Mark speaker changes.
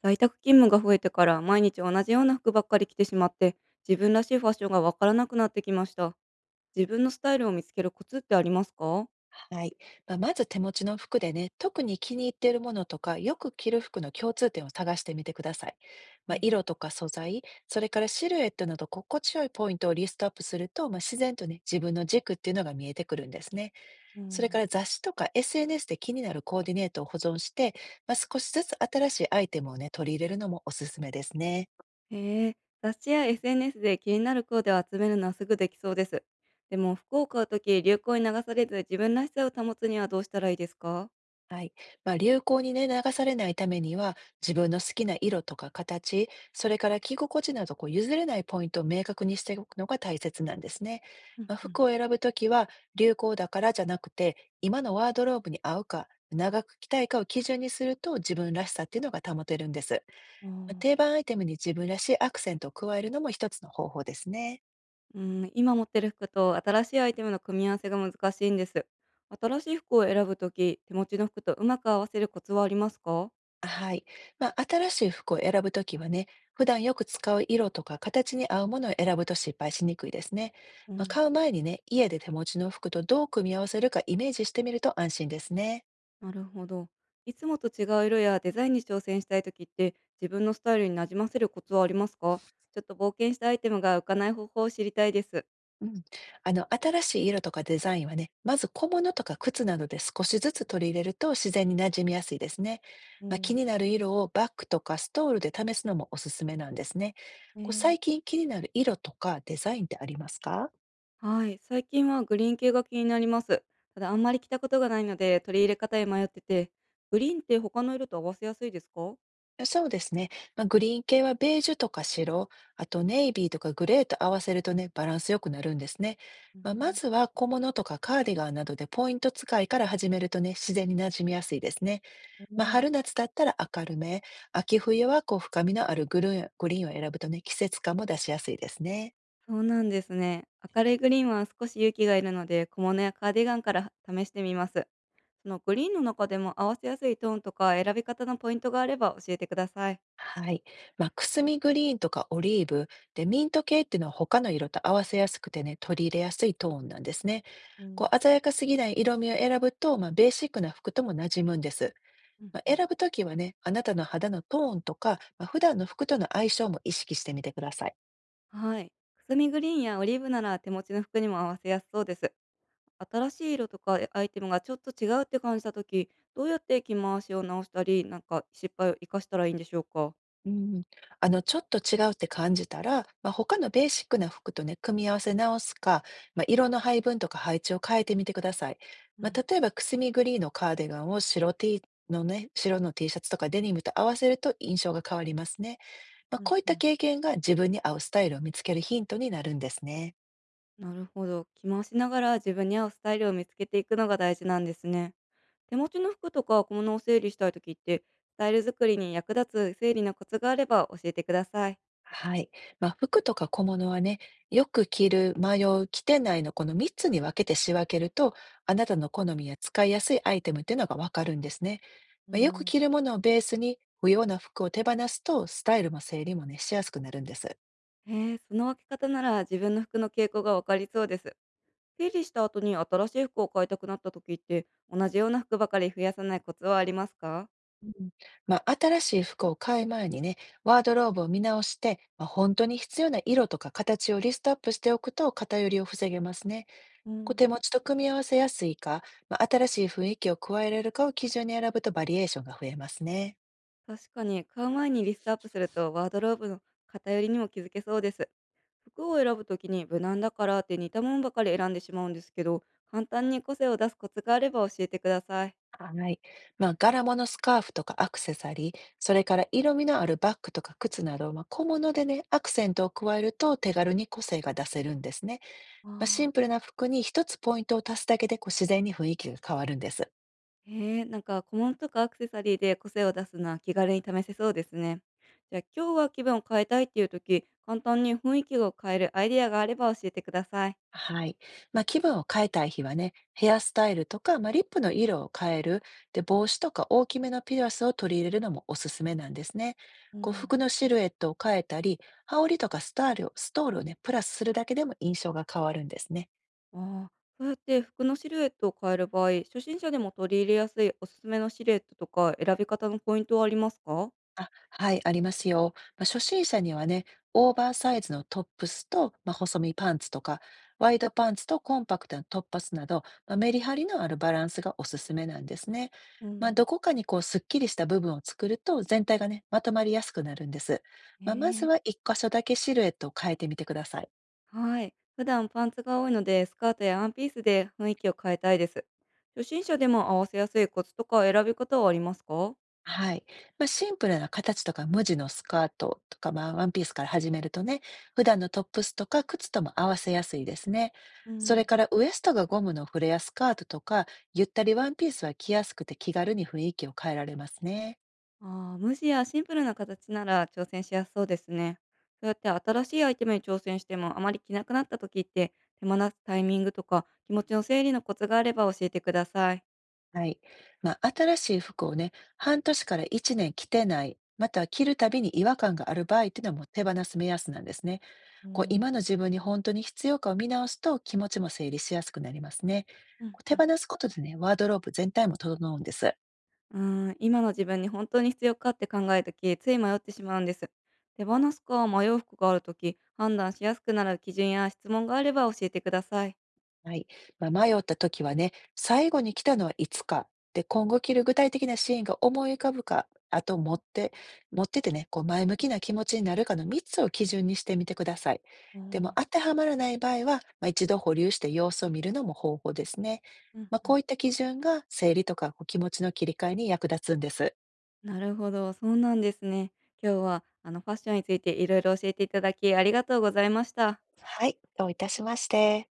Speaker 1: 在宅勤務が増えてから毎日同じような服ばっかり着てしまって、自分らしいファッションがわからなくなってきました。自分のスタイルを見つけるコツってありますか？
Speaker 2: はい。まず手持ちの服でね、特に気に入っているものとか、よく着る服の共通点を探してみてください。
Speaker 1: はい。
Speaker 2: 色とか素材、それからシルエットなど心地よいポイントをリストアップすると、自然とね、自分の軸っていうのが見えてくるんですね。
Speaker 1: う
Speaker 2: それか
Speaker 1: ん。
Speaker 2: ら雑誌とか SNS で気になるコーディネートを保存して、少しずつ新しいアイテムをね、取り入れるのもおすすめですね。
Speaker 1: へえ。雑誌や SNS で気になるコーデを集めるのはすぐできそうです。でも服を買うとき流行に流されず自分らしさを保つにはどうしたらいいですか？
Speaker 2: はい。流行にね、流されないためには、自分の好きな色とか形、それから着心地など、譲れないポイントを明確にしておくのが大切なんですね。
Speaker 1: うんう
Speaker 2: 服
Speaker 1: ん。
Speaker 2: を選ぶときは、流行だからじゃなくて、今のワードローブに合うか、長く着たいかを基準にすると、自分らしさっていうのが保てるんです。
Speaker 1: あ
Speaker 2: 定
Speaker 1: あ。
Speaker 2: 番アイテムに自分らしいアクセントを加えるのも一つの方法ですね。
Speaker 1: うん、今持ってる服と新しいアイテムの組み合わせが難しいんです。新しい服を選ぶとき手持ちの服とうまく合わせるコツはありますか？
Speaker 2: はい。新しい服を選ぶときはね、普段よく使う色とか形に合うものを選ぶと失敗しにくいですね。
Speaker 1: うん。
Speaker 2: 買う前にね、家で手持ちの服とどう組み合わせるかイメージしてみると安心ですね。
Speaker 1: なるほど。いつもと違う色やデザインに挑戦したい時って、自分のスタイルになじませるコツはありますか？ちょっと冒険したアイテムが浮かない方法を知りたいです。
Speaker 2: うん。新しい色とかデザインはね、まず小物とか靴などで少しずつ取り入れると自然に馴染みやすいですね。
Speaker 1: う
Speaker 2: 気
Speaker 1: ん。
Speaker 2: になる色をバッグとかストールで試すのもおすすめなんですね。最
Speaker 1: ね。
Speaker 2: 近気になる色とかデザインってありますか？
Speaker 1: はい。最近はグリーン系が気になります。ただあんまり着たことがないので取り入れ方へ迷ってて、グリーンって他の色と合わせやすいですか？
Speaker 2: そうですね。グリーン系はベージュとか白、あとネイビーとかグレーと合わせるとね、バランスよくなるんですね。
Speaker 1: う
Speaker 2: ま
Speaker 1: ん。
Speaker 2: ずは小物とかカーディガンなどでポイント使いから始めるとね、自然に馴染みやすいですね。春夏だったら明るめ、秋冬はこう深みのあるグリーンを選ぶとね、季節感も出しやすいですね。
Speaker 1: そうなんですね。明るいグリーンは少し勇気がいるので、小物やカーディガンから試してみます。そのグリーンの中でも合わせやすいトーンとか選び方のポイントがあれば教えてください。
Speaker 2: はい。くすみグリーンとかオリーブ、で、ミント系っていうのは他の色と合わせやすくてね、取り入れやすいトーンなんですね。
Speaker 1: う
Speaker 2: こ
Speaker 1: ん。
Speaker 2: う鮮やかすぎない色味を選ぶと、ベーシックな服とも馴染むんです。
Speaker 1: うんうん。
Speaker 2: 選ぶときはね、あなたの肌のトーンとか、普段の服との相性も意識してみてください。
Speaker 1: はい。くすみグリーンやオリーブなら手持ちの服にも合わせやすそうです。新しい色とかアイテムがちょっと違うって感じた時、どうやって着回しを直したり、なんか失敗を生かしたらいいんでしょうか。
Speaker 2: うん、ちょっと違うって感じたら、他のベーシックな服とね、組み合わせ直すか、色の配分とか配置を変えてみてください。
Speaker 1: うん。
Speaker 2: 例えば、くすみグリーンのカーディガンを白 T のね、白の T シャツとかデニムと合わせると印象が変わりますね。
Speaker 1: う
Speaker 2: こ
Speaker 1: ん。
Speaker 2: ういっ
Speaker 1: う
Speaker 2: た
Speaker 1: ん。
Speaker 2: 経験が自分に合うスタイルを見つけるヒントになるんですね。
Speaker 1: なるほど。着回しながら自分に合うスタイルを見つけていくのが大事なんですね。手持ちの服とか小物を整理したい時って、スタイル作りに役立つ整理のコツがあれば教えてください。
Speaker 2: はい。服とか小物はね、よく着る、迷う、着てないのこの3つに分けて仕分けると、あなたの好みや使いやすいアイテムっていうのがわかるんですね。
Speaker 1: う
Speaker 2: よく
Speaker 1: ん。
Speaker 2: 着るものをベースに不要な服を手放すと、スタイルも整理もね、しやすくなるんです。
Speaker 1: へえ、その分け方なら自分の服の傾向がわかりそうです。整理した後に新しい服を買いたくなった時って、同じような服ばかり増やさないコツはありますか？
Speaker 2: うん、新しい服を買う前にね、ワードローブを見直して、本当に必要な色とか形をリストアップしておくと偏りを防げますね。
Speaker 1: う
Speaker 2: お
Speaker 1: ん。
Speaker 2: 手持ちと組み合わせやすいか、新しい雰囲気を加えられるかを基準に選ぶとバリエーションが増えますね。
Speaker 1: 確かに、買う前にリストアップするとワードローブの偏りにも気づけそうです。服を選ぶときに無難だからって似たものばかり選んでしまうんですけど、簡単に個性を出すコツがあれば教えてください。
Speaker 2: はい。柄物スカーフとかアクセサリー、それから色味のあるバッグとか靴など、小物でね、アクセントを加えると手軽に個性が出せるんですね。シン
Speaker 1: あ
Speaker 2: プ
Speaker 1: あ。
Speaker 2: ルな服に一つポイントを足すだけでこう自然に雰囲気が変わるんです。
Speaker 1: へえ、なんか小物とかアクセサリーで個性を出すのは気軽に試せそうですね。じゃあ今日は気分を変えたいっていう時、簡単に雰囲気を変えるアイデアがあれば教えてください。
Speaker 2: はい。気分を変えたい日はね、ヘアスタイルとか、リップの色を変える、で、帽子とか大きめのピアスを取り入れるのもおすすめなんですね。
Speaker 1: う
Speaker 2: こう
Speaker 1: ん。
Speaker 2: 服のシルエットを変えたり、羽織とかストールをね、プラスするだけでも印象が変わるんですね。
Speaker 1: ああ、そうやって服のシルエットを変える場合、初心者でも取り入れやすいおすすめのシルエットとか選び方のポイントはありますか？
Speaker 2: あ、はい、ありますよ。初心者にはね、オーバーサイズのトップスと、細身パンツとか、ワイドパンツとコンパクトなトッパスなど、メリハリのあるバランスがおすすめなんですね。
Speaker 1: う
Speaker 2: ど
Speaker 1: ん。
Speaker 2: こかにこうすっきりした部分を作ると全体がね、まとまりやすくなるんです。まず
Speaker 1: え
Speaker 2: は
Speaker 1: え。
Speaker 2: 一箇所だけシルエットを変えてみてください。
Speaker 1: はい。普段パンツが多いので、スカートやワンピースで雰囲気を変えたいです。初心者でも合わせやすいコツとか選び方はありますか？
Speaker 2: はい。シンプルな形とか無地のスカートとか、ワンピースから始めるとね、普段のトップスとか靴とも合わせやすいですね。
Speaker 1: う
Speaker 2: それ
Speaker 1: ん。
Speaker 2: からウエストがゴムのフレアスカートとか、ゆったりワンピースは着やすくて気軽に雰囲気を変えられますね。
Speaker 1: ああ、無地やシンプルな形なら挑戦しやすそうですね。そうやって新しいアイテムに挑戦してもあまり着なくなった時って、手放すタイミングとか気持ちの整理のコツがあれば教えてください。
Speaker 2: はい。新しい服をね、半年から1年着てない、または着るたびに違和感がある場合っていうのはもう手放す目安なんですね。
Speaker 1: う
Speaker 2: こう今
Speaker 1: ん。
Speaker 2: の自分に本当に必要かを見直すと気持ちも整理しやすくなりますね。
Speaker 1: うん
Speaker 2: こう手
Speaker 1: うん。
Speaker 2: 放すことでね、ワードローブ全体も整うんです。
Speaker 1: うーん、今の自分に本当に必要かって考えた時つい迷ってしまうんです。手放すか迷う服がある時判断しやすくなる基準や質問があれば教えてください。
Speaker 2: はい。迷った時はね、最後に来たのはいつか。で、今後着る具体的なシーンが思い浮かぶか、あと持っててね、こう前向きな気持ちになるかの3つを基準にしてみてください。
Speaker 1: う
Speaker 2: でも
Speaker 1: ん
Speaker 2: 当てはまらない場合は、一度保留して様子を見るのも方法ですね。
Speaker 1: うんう
Speaker 2: こう
Speaker 1: ん。
Speaker 2: いった基準が整理とかこう気持ちの切り替えに役立つんです。
Speaker 1: なるほど、そうなんですね。今日はファッションについていろいろ教えていただきありがとうございました。
Speaker 2: はい、どういたしまして。